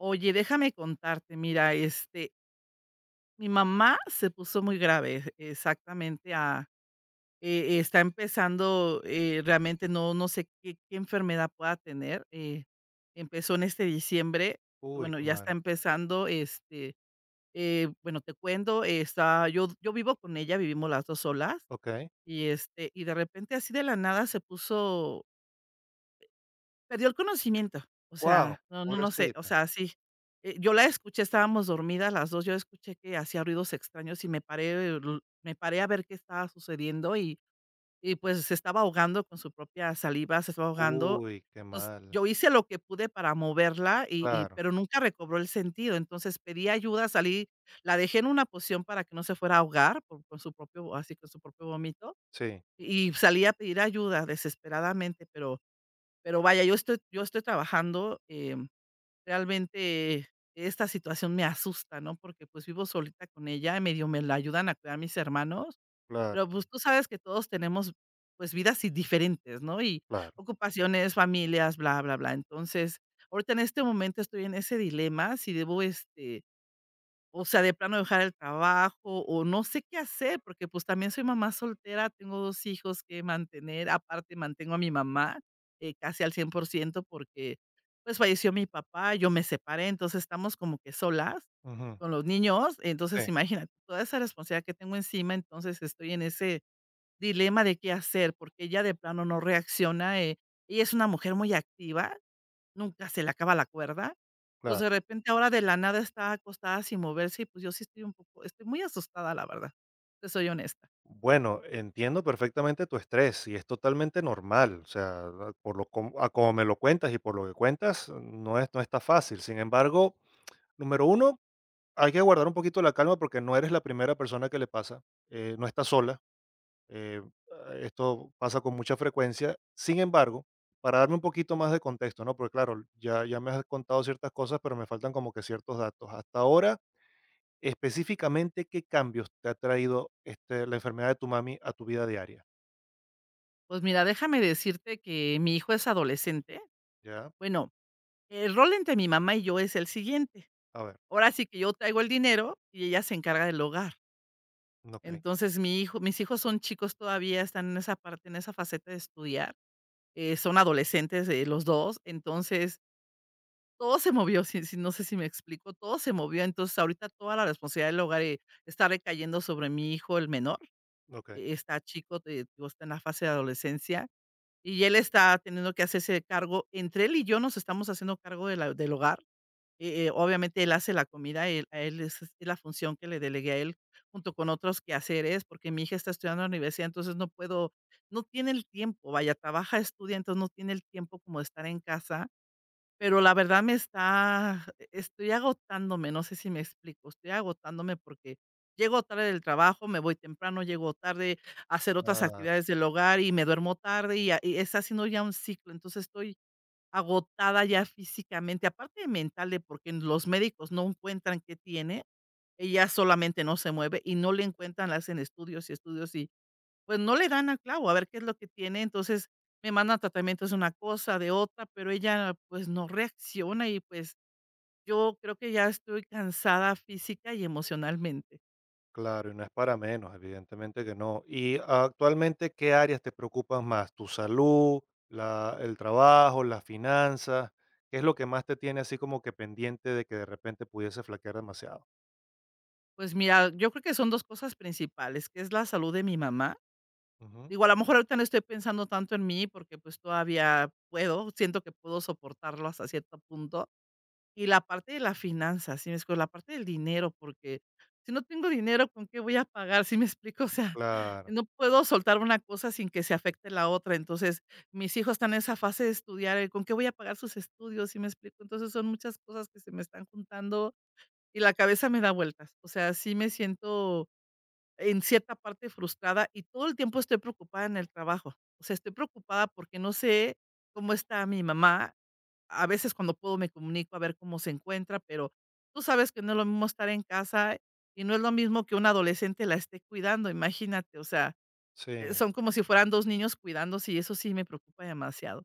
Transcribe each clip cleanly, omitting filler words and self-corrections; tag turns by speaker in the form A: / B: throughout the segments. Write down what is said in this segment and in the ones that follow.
A: Oye, déjame contarte, mira, mi mamá se puso muy grave, exactamente, está empezando, realmente no sé qué enfermedad pueda tener. Empezó en este diciembre,
B: Uy,
A: bueno,
B: qué
A: ya está
B: mal.
A: empezando, bueno, te cuento, yo vivo con ella, vivimos las dos solas,
B: Okey.
A: y y de repente así de la nada se puso perdió el conocimiento. O
B: Wow,
A: sea, no sé, o
B: pobrecita.
A: sea, sí. Yo la escuché, estábamos dormidas las 2, yo escuché que hacía ruidos extraños y me paré a ver qué estaba sucediendo. Y y, pues, se estaba ahogando con su propia saliva, se estaba ahogando.
B: Uy, qué
A: Entonces,
B: mal.
A: yo hice lo que pude para moverla
B: Claro,
A: pero nunca recobró el sentido. Entonces, pedí ayuda, salí, la dejé en una posición para que no se fuera a ahogar por su propio así, con su propio vómito,
B: sí,
A: y salí a pedir ayuda desesperadamente, pero vaya, yo estoy trabajando, realmente esta situación me asusta, ¿no? Porque, pues, vivo solita con ella, y medio me la ayudan a cuidar mis hermanos,
B: claro,
A: pero, pues, tú sabes que todos tenemos, pues, vidas y diferentes, ¿no? Y
B: claro.
A: ocupaciones, familias, bla, bla, bla. Entonces, ahorita en este momento estoy en ese dilema, si debo, o sea, de plano dejar el trabajo, o no sé qué hacer, porque, pues, también soy mamá soltera, tengo 2 hijos que mantener, aparte mantengo a mi mamá, casi al 100% porque, pues, falleció mi papá, yo me separé, entonces estamos como que solas
B: Ujú,
A: con los niños.
B: sí,
A: Entonces, imagínate, toda esa responsabilidad que tengo encima, entonces estoy en ese dilema de qué hacer, porque ella de plano no reacciona. Ella es una mujer muy activa. Nunca se le acaba la cuerda.
B: claro.
A: Entonces, de repente, ahora de la nada está acostada sin moverse y, pues, yo sí estoy un poco estoy muy asustada, la verdad, te soy honesta.
B: Bueno, entiendo perfectamente tu estrés y es totalmente normal. O sea, por lo com a como me lo cuentas y por lo que cuentas, no está fácil. Sin embargo, número uno, hay que guardar un poquito la calma porque no eres la primera persona que le pasa, no estás sola. Eh, Esto pasa con mucha frecuencia. Sin embargo, para darme un poquito más de contexto, ¿no? Porque claro, ya me has contado ciertas cosas, pero me faltan como que ciertos datos. Hasta ahora, específicamente, ¿qué cambios te ha traído la enfermedad de tu mami a tu vida diaria?
A: Pues mira, déjame decirte que mi hijo es adolescente.
B: ¿Ya?
A: Bueno, el rol entre mi mamá y yo es el siguiente.
B: A ver,
A: Ahora sí que yo traigo el dinero y ella se encarga del hogar.
B: ok,
A: Entonces, mi hijo mis hijos son chicos todavía, están en esa parte, en esa faceta de estudiar, son adolescentes, los dos. Entonces todo se movió, si sí, no sé si me explico, todo se movió. Entonces ahorita toda la responsabilidad del hogar, está recayendo sobre mi hijo, el menor.
B: ok.
A: Está chico, te digo, está en la fase de adolescencia, y él está teniendo que hacerse cargo, entre él y yo nos estamos haciendo cargo de la del hogar. Obviamente él hace la comida, él esa es la función que le delegué a él, junto con otros quehaceres, porque mi hija está estudiando en la universidad, entonces no tiene el tiempo, vaya, trabaja, estudia, entonces no tiene el tiempo como de estar en casa, pero la verdad me está estoy agotándome, no sé si me explico, estoy agotándome porque llego tarde del trabajo, me voy temprano, llego tarde a hacer otras
B: Claro.
A: actividades del hogar y me duermo tarde y está siendo ya un ciclo. Entonces, estoy agotada ya físicamente, aparte de mental, de porque los médicos no encuentran qué tiene, ella solamente no se mueve y no le encuentran, le hacen estudios y estudios y pues no le dan al clavo, a ver qué es lo que tiene. Entonces, me mandan tratamientos de una cosa, de otra, pero ella, pues, no reacciona y, pues, yo creo que ya estoy cansada física y emocionalmente.
B: Claro, y no es para menos, evidentemente que no. Y actualmente, ¿qué áreas te preocupan más? ¿Tu salud, el trabajo, las finanzas? ¿Qué es lo que más te tiene así como que pendiente de que de repente pudiese flaquear demasiado?
A: Pues mira, yo creo que son 2 cosas principales, que es la salud de mi mamá.
B: Ujú.
A: Digo, a lo mejor ahorita no estoy pensando tanto en mí porque, pues, todavía puedo, siento que puedo soportarlo hasta cierto punto. Y la parte de la finanza, ¿sí me explico? La parte del dinero, porque si no tengo dinero, ¿con qué voy a pagar? ¿Sí me explico? O sea,
B: Claro,
A: no puedo soltar una cosa sin que se afecte la otra. Entonces, mis hijos están en esa fase de estudiar. El ¿Con qué voy a pagar sus estudios? ¿Sí me explico? Entonces, son muchas cosas que se me están juntando y la cabeza me da vueltas. O sea, sí me siento en cierta parte frustrada y todo el tiempo estoy preocupada en el trabajo. O sea, estoy preocupada porque no sé cómo está mi mamá. A veces cuando puedo me comunico a ver cómo se encuentra, pero tú sabes que no es lo mismo estar en casa y no es lo mismo que un adolescente la esté cuidando, imagínate, o sea,
B: sí.
A: son como si fueran 2 niños cuidándose y eso sí me preocupa demasiado.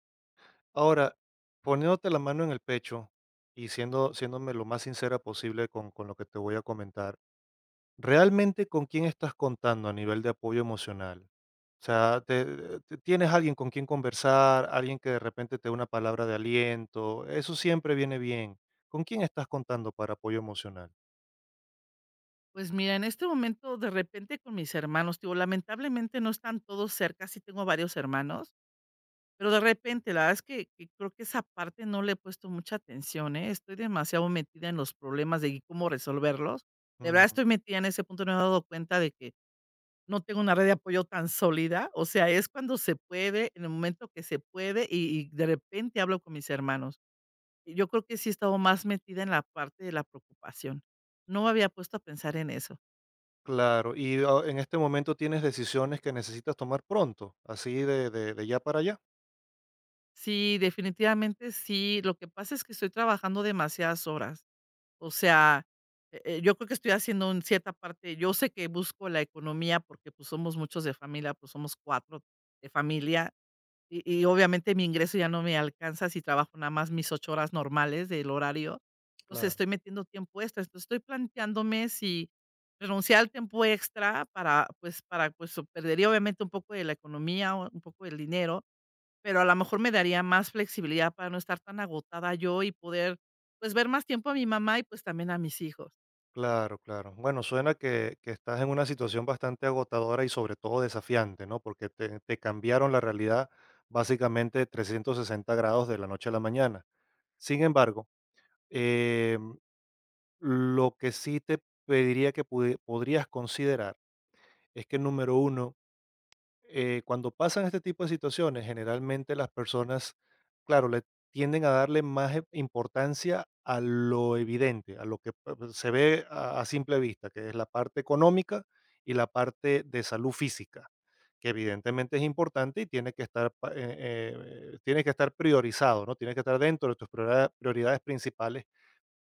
B: Ahora, poniéndote la mano en el pecho y siéndome lo más sincera posible con lo que te voy a comentar. Realmente, ¿con quién estás contando a nivel de apoyo emocional? O sea, tienes alguien con quien conversar, alguien que de repente te dé una palabra de aliento, eso siempre viene bien. ¿Con quién estás contando para apoyo emocional?
A: Pues mira, en este momento, de repente con mis hermanos, te digo, lamentablemente no están todos cerca, sí tengo varios hermanos, pero de repente, la verdad es que creo que esa parte no le he puesto mucha atención, ¿eh? Estoy demasiado metida en los problemas de cómo resolverlos. De verdad
B: Mm,
A: estoy metida en ese punto, no me he dado cuenta de que no tengo una red de apoyo tan sólida, o sea, es cuando se puede, en el momento que se puede, de repente hablo con mis hermanos. Y yo creo que sí he estado más metida en la parte de la preocupación. No me había puesto a pensar en eso.
B: claro, y ah, en este momento tienes decisiones que necesitas tomar pronto, así de, de ya para allá.
A: Sí, definitivamente sí. Lo que pasa es que estoy trabajando demasiadas horas. O sea, yo creo que estoy haciendo en cierta parte yo sé que busco la economía porque, pues, somos muchos de familia, pues, somos 4 de familia. Y obviamente mi ingreso ya no me alcanza si trabajo nada más mis 8 horas normales del horario. Entonces,
B: Claro.
A: estoy metiendo tiempo extra. Entonces, estoy planteándome si renunciar al tiempo extra perdería obviamente un poco de la economía, o un poco del dinero, pero a lo mejor me daría más flexibilidad para no estar tan agotada yo y poder, pues, ver más tiempo a mi mamá y, pues, también a mis hijos.
B: Claro, claro. Bueno, suena que estás en una situación bastante agotadora y sobre todo desafiante, ¿no? Porque te cambiaron la realidad básicamente 360 grados de la noche a la mañana. Sin embargo, eh, lo que sí te pediría que podrías considerar es que número uno, cuando pasan este tipo de situaciones, generalmente las personas, claro, le tienden a darle más importancia a lo evidente, a lo que se ve a simple vista, que es la parte económica y la parte de salud física, que evidentemente es importante y tiene que estar, tiene que estar priorizado, ¿no? Tiene que estar dentro de tus prioridades principales,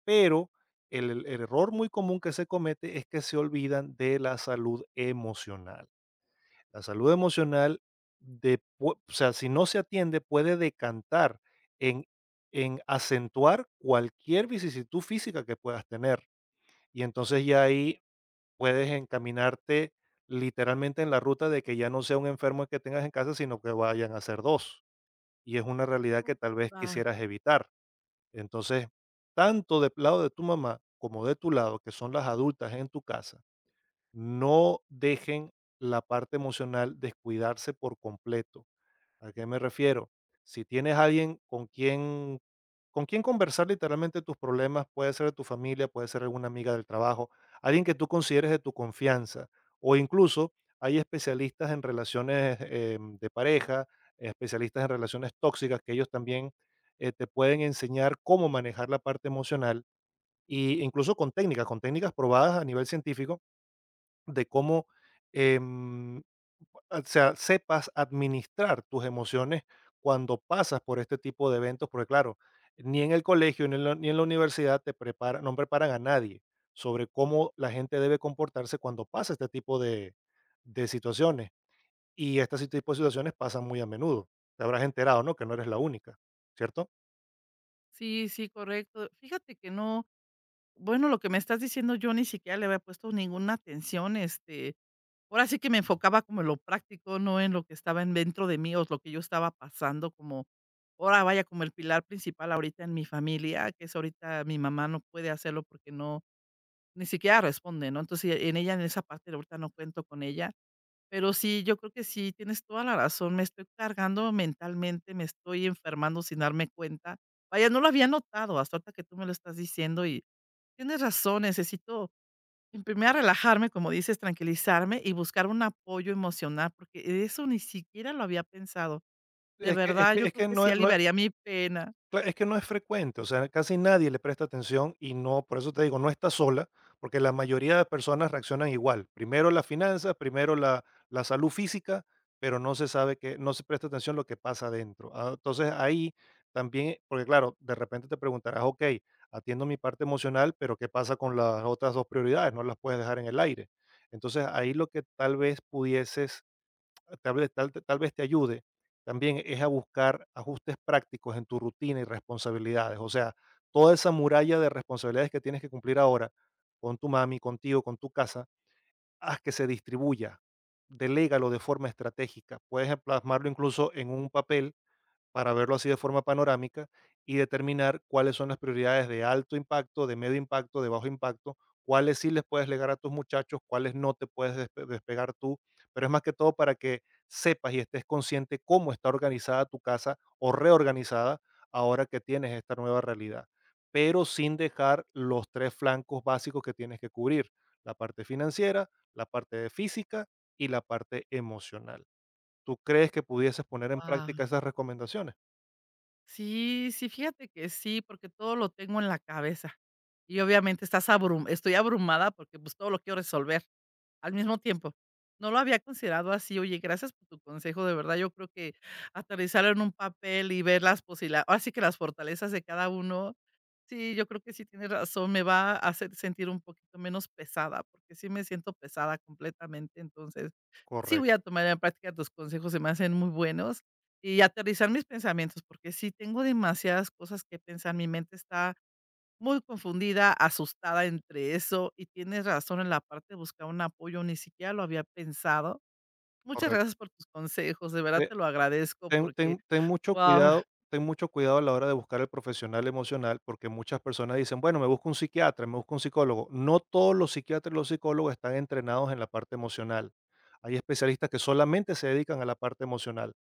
B: pero el error muy común que se comete es que se olvidan de la salud emocional. La salud emocional de pue o sea, si no se atiende, puede decantar en en acentuar cualquier vicisitud física que puedas tener. Y entonces ya ahí puedes encaminarte literalmente en la ruta de que ya no sea un enfermo el que tengas en casa, sino que vayan a ser dos, y es una realidad que
A: Mm.
B: tal vez
A: Ah,
B: quisieras evitar. Entonces, tanto del lado de tu mamá como de tu lado, que son las adultas en tu casa, no dejen la parte emocional descuidarse por completo. ¿A qué me refiero? Si tienes alguien con quien, con quien conversar literalmente tus problemas, puede ser de tu familia, puede ser alguna amiga del trabajo, alguien que tú consideres de tu confianza o incluso hay especialistas en relaciones de pareja, especialistas en relaciones tóxicas que ellos también te pueden enseñar cómo manejar la parte emocional, e incluso con técnicas probadas a nivel científico de cómo, em, o sea, sepas administrar tus emociones cuando pasas por este tipo de eventos, porque claro, ni en el colegio ni en la universidad te prepara no preparan a nadie sobre cómo la gente debe comportarse cuando pasa este tipo de situaciones. Y tipo de situaciones pasan muy a menudo. Te habrás enterado, ¿no? Que no eres la única, ¿cierto?
A: sí, sí, correcto. Fíjate que no. Bueno, lo que me estás diciendo, yo ni siquiera le había puesto ninguna atención, ahora sí que me enfocaba como en lo práctico, no en lo que estaba en dentro de mí, o lo que yo estaba pasando como, ahora vaya, como el pilar principal ahorita en mi familia, que es ahorita mi mamá no puede hacerlo porque no, ni siquiera responde, ¿no? Entonces, en ella, en esa parte, ahorita no cuento con ella, pero sí, yo creo que sí, tienes toda la razón, me estoy cargando mentalmente, me estoy enfermando sin darme cuenta. Vaya, no lo había notado hasta ahorita que tú me lo estás diciendo. Y tienes razón, necesito, en primera, relajarme, como dices, tranquilizarme y buscar un apoyo emocional, porque de eso ni siquiera lo había pensado. De
B: Es que, es
A: verdad,
B: que,
A: yo
B: es
A: creo
B: que
A: que
B: no,
A: sí
B: es- no
A: aliviaría mi pena.
B: Cla Es que no es frecuente, o sea, casi nadie le presta atención y no, por eso te digo, no está sola, porque la mayoría de personas reaccionan igual. Primero las finanzas, primero la salud física, pero no se presta atención lo que pasa adentro. Ah, entonces ahí también, porque claro, de repente te preguntarás, ok, atiendo mi parte emocional, pero ¿qué pasa con las otras dos prioridades? No las puedes dejar en el aire. Entonces ahí lo que tal vez pudieses, tal vez te ayude también es a buscar ajustes prácticos en tu rutina y responsabilidades. O sea, toda esa muralla de responsabilidades que tienes que cumplir ahora con tu mami, contigo, con tu casa, haz que se distribuya, delégalo de forma estratégica. Puedes plasmarlo incluso en un papel para verlo así de forma panorámica y determinar cuáles son las prioridades de alto impacto, de medio impacto, de bajo impacto, cuáles sí les puedes legar a tus muchachos, cuáles no te puedes despegar tú, pero es más que todo para que sepas y estés consciente cómo está organizada tu casa o reorganizada ahora que tienes esta nueva realidad, pero sin dejar los tres flancos básicos que tienes que cubrir, la parte financiera, la parte de física y la parte emocional. ¿Tú crees que pudieses poner en
A: Guau.
B: práctica esas recomendaciones?
A: Sí, sí, fíjate que sí, porque todo lo tengo en la cabeza. Y obviamente estás abrum estoy abrumada porque, pues, todo lo quiero resolver al mismo tiempo. No lo había considerado así. Oye, gracias por tu consejo, de verdad, yo creo que aterrizarlo en un papel y ver las posibila ahora sí que las fortalezas de cada uno. Sí, yo creo que sí tienes razón, me va a hacer sentir un poquito menos pesada, porque sí me siento pesada completamente, entonces, sí voy
B: Correcto,
A: a tomar en práctica tus consejos, se me hacen muy buenos, y aterrizar mis pensamientos, porque sí tengo demasiadas cosas que pensar, mi mente está muy confundida, asustada entre eso, y tienes razón en la parte de buscar un apoyo, ni siquiera lo había pensado. Muchas gracias
B: correcto.
A: por tus consejos, de verdad
B: Te
A: te lo agradezco
B: ten
A: porque,
B: ten ten mucho
A: guau,
B: cuidado, ten mucho cuidado a la hora de buscar el profesional emocional, porque muchas personas dicen: "Bueno, me busco un psiquiatra, me busco un psicólogo". No todos los psiquiatras y los psicólogos están entrenados en la parte emocional. Hay especialistas que solamente se dedican a la parte emocional.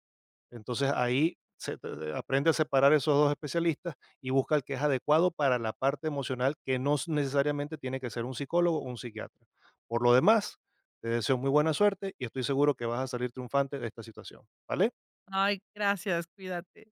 B: Entonces ahí aprende a separar esos dos especialistas y busca el que es adecuado para la parte emocional, que no s- necesariamente tiene que ser un psicólogo o un psiquiatra. Por lo demás, te deseo muy buena suerte y estoy seguro que vas a salir triunfante de esta situación. ¿Vale?
A: ay, gracias, cuídate.